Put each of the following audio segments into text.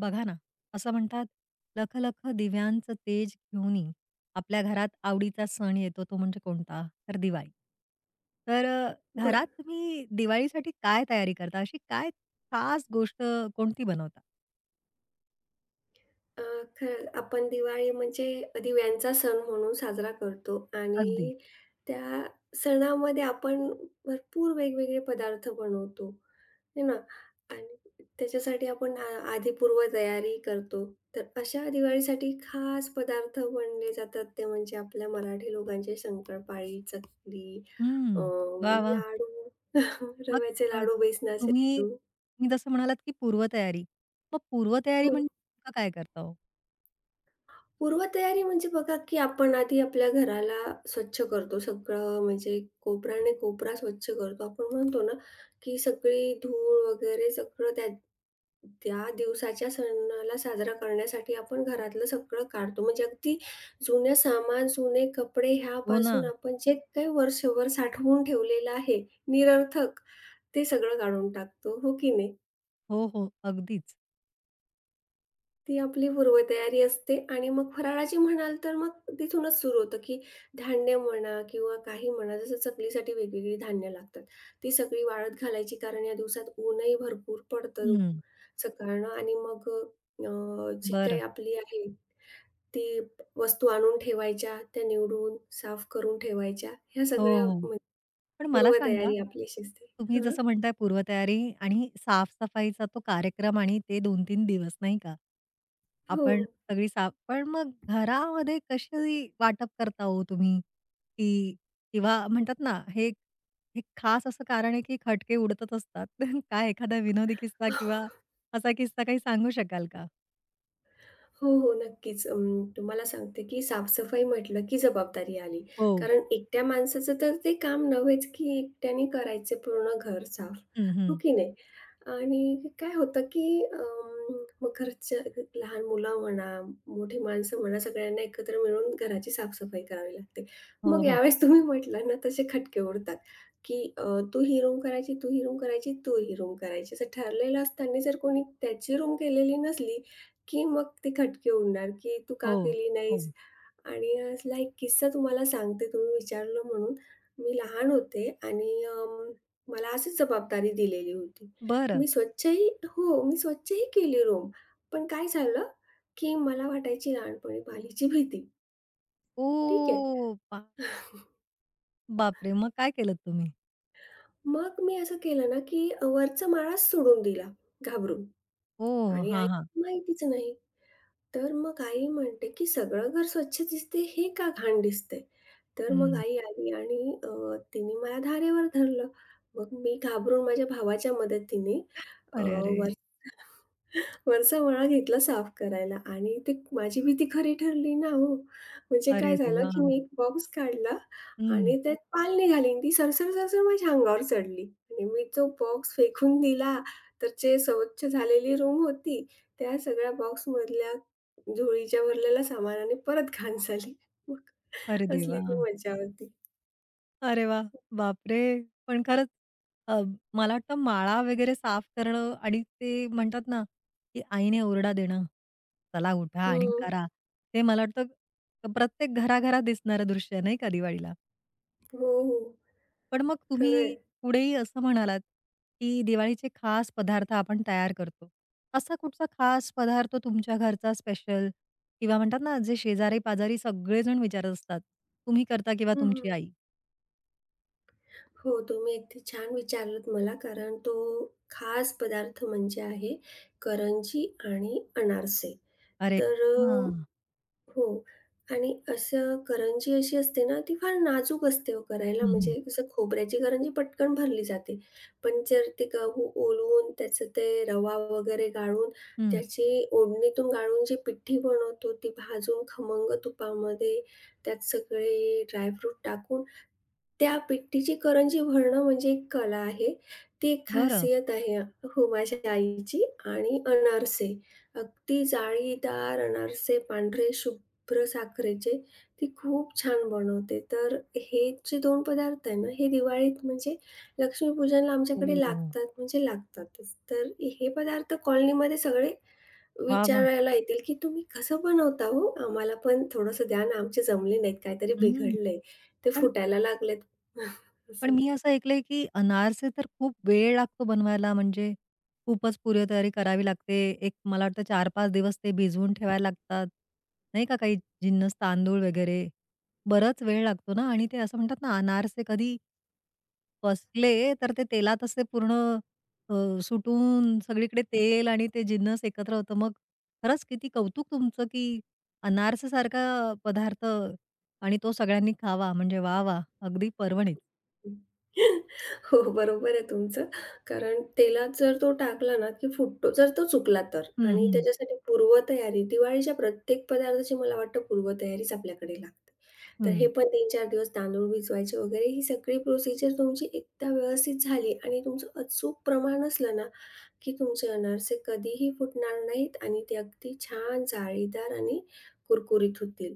बघा ना, असं म्हणतात, "लख-लख दिव्यांचं तेज घेऊनी, आपल्या घरात आवडीचा सण येतो तो म्हणजे कोणता? तर दिवाळी." तर बरं. घरात तुम्ही दिवाळीसाठी काय तयारी करता? अशी काय खास गोष्ट कोणती बनवता? अ, खरं आपण दिवाळी म्हणजे दिव्यांचा सण म्हणून साजरा करतो अगदी. आणि त्या सणामध्ये आपण भरपूर वेगवेगळे पदार्थ बनवतो, आहे ना? आणि त्याच्यासाठी आपण आ आधी पूर्वतयारी करतो. तर अशा दिवाळीसाठी खास पदार्थ बनले जातात ते म्हणजे आपल्या मराठी लोकांचे शंकरपाळी, चकली, अ, हं. वाह! वाह! लाडू, मग रव्याचे अ, लाडू, बेसनाचे तुम्ही लाडू. तुम्ही जसं म्हणालात, की पूर्वतयारी. मग पूर्वतयारी हो. म्हणजे नेमकं काय करता हो? पूर्वतयारी म्हणजे बघा, की आपण आधी आपल्या घराला स्वच्छ करतो. सगळं म्हणजे कोपराने कोपरा स्वच्छ करतो. आपण म्हणतो ना, की सगळी धूळ वगैरे सगळं त्या त्या दिवसाच्या सणाला साजरा करण्यासाठी आपण घरातलं सगळं काढतो. म्हणजे अगदी जुनं सामान, जुने कपडे हो ना. ह्यापासून आपण जे काही वर्षभर साठवून ठेवलेलं आहे निरर्थक, ते सगळं काढून टाकतो. हो की नाही? हो, हो. अगदीच. ती आपली पूर्वतयारी असते आणि मग फराळाची म्हणाल तर मग तिथूनच सुरू होतं, की धान्य म्हणा किंवा काही म्हणा, जसं चकलीसाठी वेगवेगळी धान्य लागतात. ती सगळी वाळत घालायची कारण या दिवसात ऊनही भरपूर पडतं हं. सकाळनं आणि मग अ, जी काही बरं. आपली आहे ती वस्तू आणून ठेवायच्या, त्या निवडून, साफ करून ठेवायच्या. ह्या हो, सगळ्या हो. म्हणजे पण मला सांगा पूर्वतयारी आपली असते. तुम्ही हां. जसं म्हणताय पूर्वतयारी आणि साफ-सफाईचा तो कार्यक्रम आणि ते 2-3 दिवस नाही का? हो. आपण सगळी साफ पण मग घरामध्ये कशी वाटप करता हो तुम्ही? की किंवा म्हणतात ना, हे हे खास असं कारण आहे की खटके उडतच असतात. काय एखादा विनोदी किस्सा किंवा असा किस्सा काही सांगू शकाल का? हो, हो. नक्कीच. तुम्हाला सांगते, की साफसफाई सफाई म्हटलं, की जबाबदारी आली. हो. कारण एकट्या माणसाचं तर ते काम नव्हेच, की एकट्याने करायचं पूर्ण घर साफ, हं, हं. हो की नाही? आणि काय होतं की मग घरच्या लहान मुलं म्हणा, मोठी माणसं म्हणा, सगळ्यांना एकत्र मिळून घराची साफसफाई करावी लागते. हो, मग हो. यावेळेस तुम्ही म्हटलं ना, तसे खटके उडतात, की तू ही रूम करायची, तू ही रूम करायची, तू ही रूम करायची. असं ठरलेलं असताना जर कोणी त्याची रूम केलेली नसली, की मग ते खटके उडणार, की "तू का हो, केली हो. नाहीस?" आणि असला एक किस्सा तुम्हाला सांगते, तुम्ही विचारलं म्हणून. मी लहान होते आणि मला अशीच जबाबदारी दिलेली होती. बरं. मी स्वच्छही हो, मी स्वच्छही केली रूम. पण काय झालं, की मला वाटायची लहानपणी पालीची भीती. ठीक आहे. ओह! बा बापरे! मग काय केलत तुम्ही? मग मी असं केलं ना, की वरचा माळाच सोडून दिला घाबरून ओह! आणि हां, हां. आईला माहितीच नाही. तर मग आई म्हणते, की "सगळं घर स्वच्छ दिसते, हे का घाण दिसतंय?" तर मग हं. आई आली आणि तिने मला धारेवर धरलं. मग मी घाबरून माझ्या भावाच्या मदतीने अ, अरे, अरे! वर वरचा मळा घेतला साफ करायला आणि ते माझी भीती खरी ठरली ना हो. म्हणजे काय अरे झालं, देवा! की मी एक बॉक्स काढला हं. आणि त्यात पाल निघाली आणि ती सरसर-सरसर माझ्या अंगावर चढली आणि मी तो बॉक्स फेकून दिला. तर जे स्वच्छ झालेली रूम होती, त्या सगळ्या बॉक्समधल्या झोळीच्या भरलेल्या सामानाने परत घाण झाली. मग अरे असली देवा! ती मज्जा होती. अरे वाह! बापरे! पण खरंच अ, मला वाटतं माळा वगैरे साफ करणं आणि ते म्हणतात ना, की आईने ओरडा देणं, "चला उठा आणि हं. करा." ते मला वाटतं प्रत्येक घराघरात दिसणारं दृश्य आहे नाही का दिवाळीला. हो, हो. पण मग तुम्ही खरंय. पुढेही असं म्हणालात, की दिवाळीचे खास पदार्थ आपण तयार करतो. असा कुठचा खास पदार्थ तुमच्या घरचा स्पेशल किंवा म्हणतात ना, जे शेजारी-पाजारी सगळेजण विचारत असतात, तुम्ही करता किंवा हं, हं. तुमची आई? हो, तुम्ही अगदी छान विचारलत मला कारण तो खास पदार्थ म्हणजे आहे करंजी आणि अनारसे. अरे! तर अ, हां. हो आणि असं करंजी अशी असते ना, ती फार नाजूक असते हो करायला. हं, हं. म्हणजे कसं खोबऱ्याची करंजी पटकन भरली जाते. पण जर ते गहू ओलवून, त्याचं ते रवा वगैरे गाळून, हं. त्याची ओढणीतून गाळून जी पिठी बनवतो, ती भाजून खमंग तुपामध्ये, त्यात सगळे ड्रायफ्रूट टाकून, त्या पिठीची करंजी भरणं म्हणजे एक कला आहे. ती एक बरं. खासियत आहे हो, माझ्या आईची. आणि अनारसे, अगदी जाळीदार अनारसे, पांढरे शुभ्र खोबरं, साखरेचे ती खूप छान बनवते. तर हे जे 2 पदार्थ आहे ना, हे दिवाळीत म्हणजे लक्ष्मीपूजनला आमच्याकडे हो. लागतात म्हणजे लागतातच. तर हे पदार्थ कॉलनीमध्ये सगळे वाह! वाह! विचारायला येतील, की "तुम्ही कसं बनवता हो? आम्हाला पण थोडंसं द्या ना, आमचे जमले नाहीत, काहीतरी हं. बिघडलंय, ते पण फुटायला लागलेत." पण असं. मी असं ऐकलंय, की अनारसे तर खूप वेळ लागतो बनवायला म्हणजे खूपच पूर्वतयारी करावी लागते. एक मला वाटतं 4-5 दिवस ते भिजवून ठेवायला लागतात. नाही का काही जिन्नस तांदूळ वगैरे. बराच वेळ लागतो ना आणि ते असं म्हणतात ना अनारसे कधी फसले तर ते तेलात असे पूर्ण अ, सुटून सगळीकडे तेल आणि ते जिन्नस एकत्र होतं. मग खरंच किती कौतुक तुमचं, की अनारसेसारखा पदार्थ आणि तो सगळ्यांनी खावा म्हणजे वाह, वाह! अगदी पर्वणीच. हो, बरोबर आहे तुमचं. कारण तेलात जर तो टाकला ना, की फुटतो. जर तो चुकला तर हं, आणि हं. त्याच्यासाठी पूर्वतयारी दिवाळीच्या प्रत्येक पदार्थाची मला वाटतं पूर्वतयारीच आपल्याकडे लागते. तर हे हं. पण 3-4 दिवस तांदूळ भिजवायचे वगैरे ही सगळी प्रोसिजर तुमची एकदा व्यवस्थित झाली आणि तुमचं अचूक प्रमाण असलं ना, की तुमचे अनारसे कधीही फुटणार नाहीत आणि ते अगदी छान जाळीदार आणि कुरकुरीत होतील.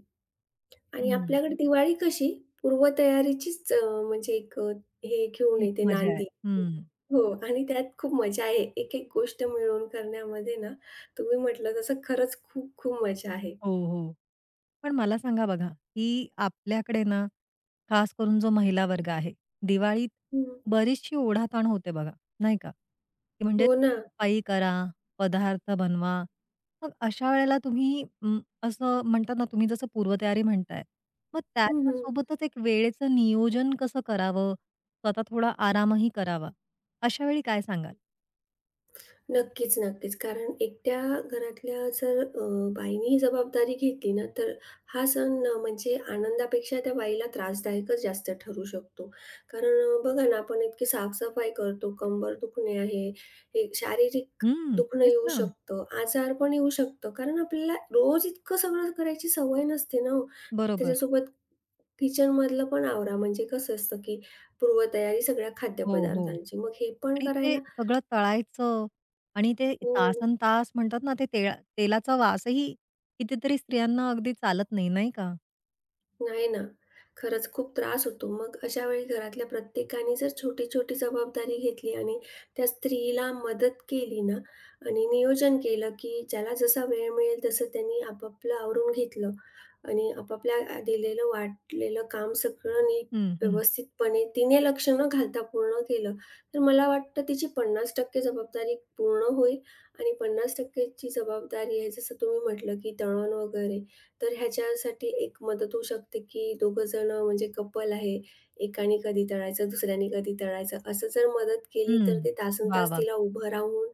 आणि हं, आपल्याकडे दिवाळी कशी पूर्वतयारीचीच म्हणजे एक हे घेऊन ती एक येते मजा आहे. नांदी. हं. हो आणि त्यात खूप मजा आहे. एक-एक गोष्ट मिळवून करण्यामध्ये ना, तुम्ही म्हटलं तसं खरंच खूप खूप मजा आहे. हो, हो. पण मला सांगा बघा, की आपल्याकडे ना, खास करून जो महिला वर्ग आहे, दिवाळीत हं. बरीचशी ओढाताण होते बघा, नाही का? की म्हणजे हो ना. सफाई करा, पदार्थ बनवा. मग अशा वेळेला तुम्ही असं म्हणतात ना, तुम्ही जसं पूर्वतयारी म्हणताय, मग हं, हं. त्याच्यासोबतच एक वेळेचं नियोजन कसं करावं? स्वतः थोडा आरामही करावा. अशा वेळी काय सांगाल? नक्कीच, नक्कीच. कारण एकट्या घरातल्या जर बाईने ही जबाबदारी घेतली ना, तर हा सण म्हणजे आनंदापेक्षा त्या बाईला त्रासदायकच जास्त ठरू शकतो. कारण बघा ना, आपण इतकी साफ-सफाई करतो, कंबर दुखणे आहे, हे शारीरिक हं, दुखणं तेच येऊ ना. शकतं, आजार पण येऊ शकतं. कारण आपल्याला रोज इतकं सगळं करायची सवय नसते ना हो. बरोबर. त्याच्यासोबत किचनमधलं पण आवरा, म्हणजे कसं असतं, की पूर्वतयारी सगळ्या हो, हो. खाद्यपदार्थांची. मग हे पण आणि ते करायला सगळं तळायचं आणि ते हो, तासनतास म्हणतात ना, ते तेळा तेलाचा वासही कितीतरी स्त्रियांना अगदी चालत नाही, नाही का? नाही ना. खरंच खूप त्रास होतो. मग अशा वेळी घरातल्या प्रत्येकाने जर छोटी-छोटी जबाबदारी घेतली आणि त्या स्त्रीला मदत केली ना आणि नियोजन केलं, की ज्याला जसा वेळ मिळेल तसं त्यांनी आपापलं आवरून घेतलं आणि आपापल्या दिलेलं वाटलेलं काम सगळं नीट हं, हं. व्यवस्थितपणे तिने लक्ष न घालता पूर्ण केलं, तर मला वाटतं तिची 50% जबाबदारी पूर्ण होईल आणि 50% ची जबाबदारी आहे जसं तुम्ही म्हटलं, की तळण वगैरे तर ह्याच्यासाठी एक मदत होऊ शकते, की दोघं जण म्हणजे कपल आहे, एकाने कधी तळायचं, दुसऱ्याने कधी तळायचं, असं जर मदत केली तर हं. ते वाह! तासनतास वाह! तिला उभं राहून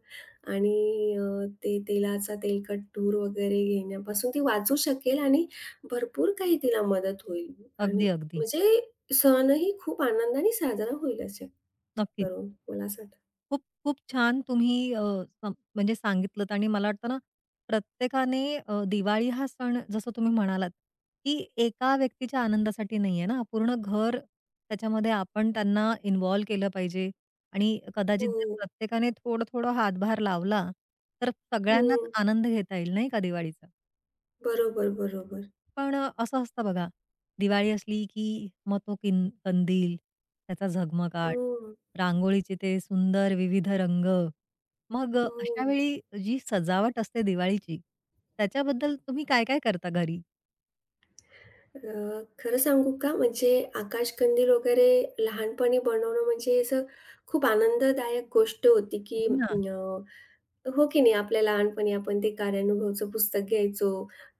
आणि ते तेलाचा तेलकट धूर वगैरे घेण्यापासून ती वाचू शकेल आणि भरपूर काही तिला मदत होईल आणि अगदी, अगदी. म्हणजे सणही खूप आनंदाने साजरा होईल असं नक्कीच. करून, मला असं वाटतं. खूप, खूप छान तुम्ही सम म्हणजे सांगितलत आणि मला वाटतं ना, प्रत्येकाने दिवाळी हा सण जसं तुम्ही म्हणालात, की एका व्यक्तीच्या आनंदासाठी नाहीये ना, पूर्ण घर त्याच्यामध्ये आपण त्यांना इन्व्हॉल्व केलं पाहिजे आणि कदाचित जर हो. प्रत्येकाने थोडं-थोडं हातभार लावला, तर सगळ्यांनाच हं. आनंद घेता येईल नाही का दिवाळीचा? बरोबर, बरोबर. पण असं असतं बघा, दिवाळी असली की मग तो किन कंदील, त्याचा झगमगाट, हं. रांगोळीचे ते सुंदर विविध रंग. मग हो. अशा वेळी जी सजावट असते दिवाळीची, त्याच्याबद्दल तुम्ही काय-काय करता घरी? खरं सांगू का? म्हणजे आकाशकंदील वगैरे लहानपणी बनवणं म्हणजे असं खूप आनंददायक गोष्ट होती, की हो ना. अ, हो की नाही. आपल्या लहानपणी आपण ते कार्यानुभवचं पुस्तक घ्यायचो,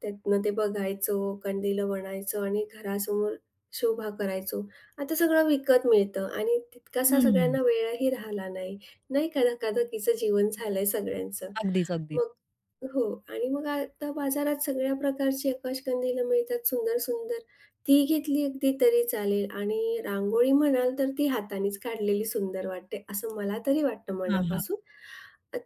त्यातनं ते बघायचो, कंदिलं बनायचो आणि घरासमोर शोभा करायचो. आता सगळं विकत मिळतं आणि तितकासा हं. सगळ्यांना वेळही राहिला नाही. नाही का, धकाधकीचं जीवन झालंय सगळ्यांचं. अगदीच, अगदीच. मग हो आणि मग आता बाजारात सगळ्या प्रकारची आकाशकंदिलं मिळतात सुंदर-सुंदर. ती घेतली अगदी तरी चालेल आणि रांगोळी म्हणाल तर ती हातानेच काढलेली सुंदर वाटते, असं मला तरी वाटतं हां, हां. मनापासून.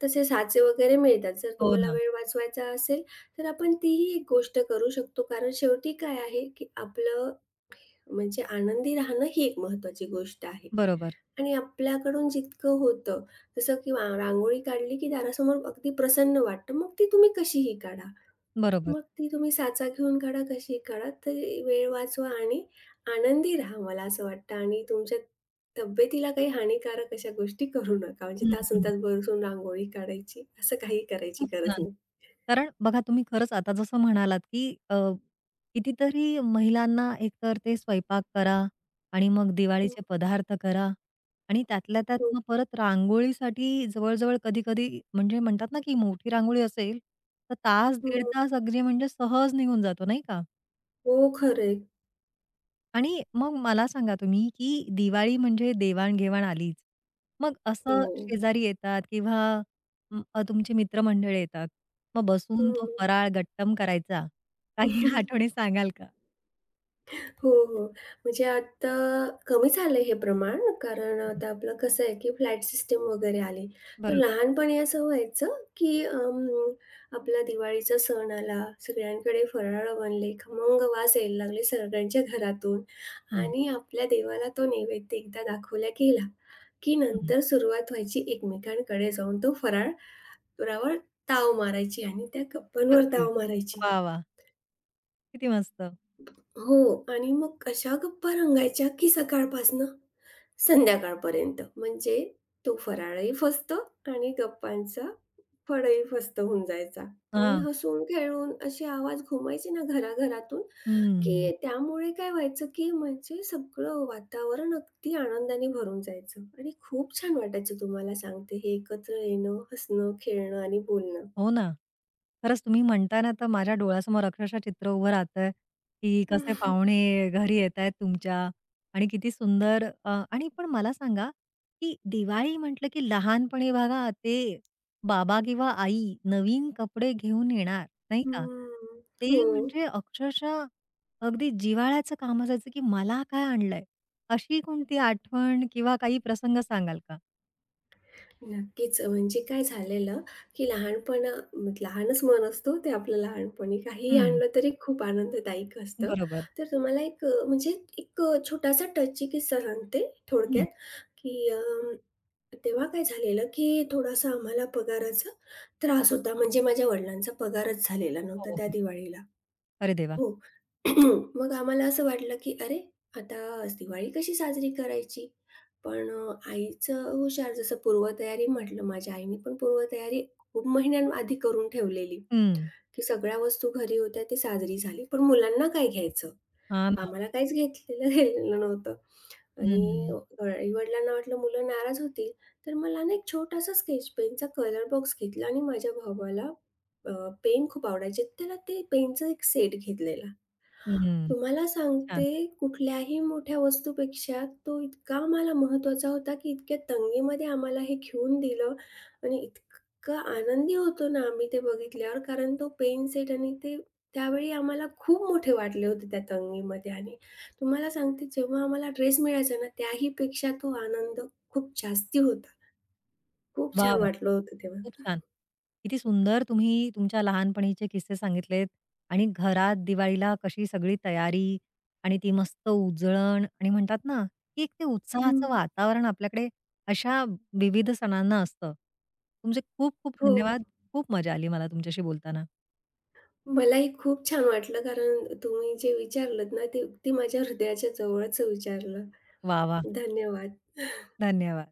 तसे साचे वगैरे मिळतात. जर हो तुम्हाला ना. वेळ वाचवायचा असेल, तर आपण तीही एक गोष्ट करू शकतो. कारण शेवटी काय आहे, की आपलं म्हणजे आनंदी राहणं ही एक महत्त्वाची गोष्ट आहे. बरोबर, आणि आपल्याकडून जितकं होतं, जसं की वा रांगोळी काढली, की दारासमोर अगदी प्रसन्न वाटतं. मग ती तुम्ही कशीही काढा. बरोबर. मग ती तुम्ही साचा घेऊन काढा, कशी काढा, तरी वेळ वाचवा आणि आनंदी राहा, मला असं वाटतं आणि तुमच्या तब्येतीला काही हानिकारक अशा गोष्टी करू नका. म्हणजे हं, हं. तासंतास बसून रांगोळी काढायची, असं काही करायची खूप गरज छान. नाही. कारण बघा तुम्ही खरंच आता जसं म्हणालात, की कितीतरी महिलांना एकतर ते स्वयंपाक करा आणि मग हं, दिवाळीचे पदार्थ करा आणि त्यातल्या त्यात हं, मग परत रांगोळीसाठी जवळ-जवळ कधी-कधी म्हणजे म्हणतात ना, की मोठी रांगोळी असेल, तर तास, दीड हं. तास अगदी म्हणजे सहज निघून जातो नाही का? हो, खरं आणि मग मला सांगा तुम्ही, की दिवाळी म्हणजे देवाण-घेवाण आलीच. मग असं हो. शेजारी येतात किंवा अं, तुमची मित्रमंडळ येतात. मग बसून तो हं. फराळ गट्टम करायचा. काही आठवणी सांगाल का? हो, हो. म्हणजे आता कमी झालंय हे प्रमाण कारण हं, आता आपलं कसं आहे, की फ्लॅट सिस्टम वगैरे आली. तर बरोबर. लहानपणी असं व्हायचं, की आपला दिवाळीचा सण आला, सगळ्यांकडे फराळं बनले, खमंग वास यायला लागले सगळ्यांच्या घरातून हं, आणि आपल्या देवाला तो नैवेद्य एकदा दाखवला गेला, की हं. नंतर सुरुवात व्हायची एकमेकांकडे जाऊन तो फराळ रावर ताव मारायची आणि त्या गप्पांवर अगदी. ताव मारायची. वाह! वाह! किती मस्त. हो आणि मग अशा गप्पा रंगायच्या की सकाळपासनं संध्याकाळपर्यंत. म्हणजे तो फराळही फसतो आणि गप्पांचा फळही फस्त होऊन जायचा. आणि हां. हसून, खेळून असे आवाज घुमायचे ना घराघरातून, हं. की त्यामुळे काय व्हायचं, की म्हणजे सगळं वातावरण अगदी आनंदाने भरून जायचं आणि खूप छान वाटायचं तुम्हाला सांगते हे एकत्र येणं, हसणं, खेळणं आणि बोलणं. हो ना. खरंच तुम्ही म्हणताय ना, तर माझ्या डोळ्यासमोर अक्षरशः चित्र उभं राहतंय, की हं, कसे हं. पाहुणे घरी येतायत तुमच्या आणि किती सुंदर आणि पण मला सांगा, की दिवाळी म्हटलं की लहानपणी बघा ते बाबा किंवा आई नवीन कपडे घेऊन येणार, नाही का? ते हो. म्हणजे अक्षरशः अगदी जिव्हाळ्याचं काम असायचं, की मला काय आणलंय? अशी कोणती आठवण किंवा काही प्रसंग सांगाल का? नक्कीच. म्हणजे काय झालेलं, की लहानच मन असतो ते आपलं लहानपणी. काहीही हं, आणलं तरी खूप आनंददायक असतं. बरोबर. तर तुम्हाला एक अ, म्हणजे एक अ, छोटासा टची किस्सा सांगते हं. थोडक्यात, की तेव्हा काय झालेलं, की थोडासा आम्हाला पगाराचा त्रास होता. म्हणजे माझ्या वडिलांचा पगारच झालेला नव्हता हो, त्या हो. दिवाळीला. अरे देवा! हो. मग आम्हाला असं वाटलं, की "अरे, आता आज दिवाळी कशी साजरी करायची?" पण आईचं हुशार जसं पूर्वतयारी म्हटलं, माझ्या आईने पण पूर्वतयारी खूप महिन्यांआधी करून ठेवलेली, हं. की सगळ्या वस्तू घरी होत्या, ती साजरी झाली. पण मुलांना काय घ्यायचं? हां ना. आम्हाला काहीच घेतलेलं गेलेलं नव्हतं आणि हं. आई-वडिलांना वाटलं मुलं नाराज होतील, तर मला ना एक छोटासा स्केच पेनचा कलर बॉक्स घेतला आणि माझ्या भावाला अ, पेन खूप आवडायचे. त्याला ते पेनचा एक सेट घेतलेला. हं. तुम्हाला छान. सांगते कुठल्याही मोठ्या वस्तूपेक्षा तो इतका आम्हाला महत्त्वाचा होता, की इतक्या तंगीमध्ये आम्हाला हे घेऊन दिलं आणि इतकं आनंदी होतो ना आम्ही ते बघितल्यावर कारण तो पेन सेट आणि ते त्यावेळी आम्हाला खूप मोठे वाटले होते त्या तंगीमध्ये आणि तुम्हाला सांगते जेव्हा आम्हाला ड्रेस मिळायचा ना त्याही पेक्षा तो आनंद खूप जास्ती होता. खूप वाह, छान वाह! वाटलं होतं खूप तेव्हा. छान. किती सुंदर तुम्ही तुमच्या लहानपणीचे किस्से सांगितलेत आणि घरात दिवाळीला कशी सगळी तयारी आणि ती मस्त उजळण आणि म्हणतात ना, की एक ते उत्साहाचं हं. वातावरण आपल्याकडे अशा विविध सणांना असतं. तुमचे खूप खूप हो. धन्यवाद. खूप मजा आली मला तुमच्याशी बोलताना. मलाही खूप छान वाटलं कारण तुम्ही जे विचारलंत ना ते अगदी माझ्या हृदयाच्या जवळच विचारलं. वाह, वाह! धन्यवाद. धन्यवाद.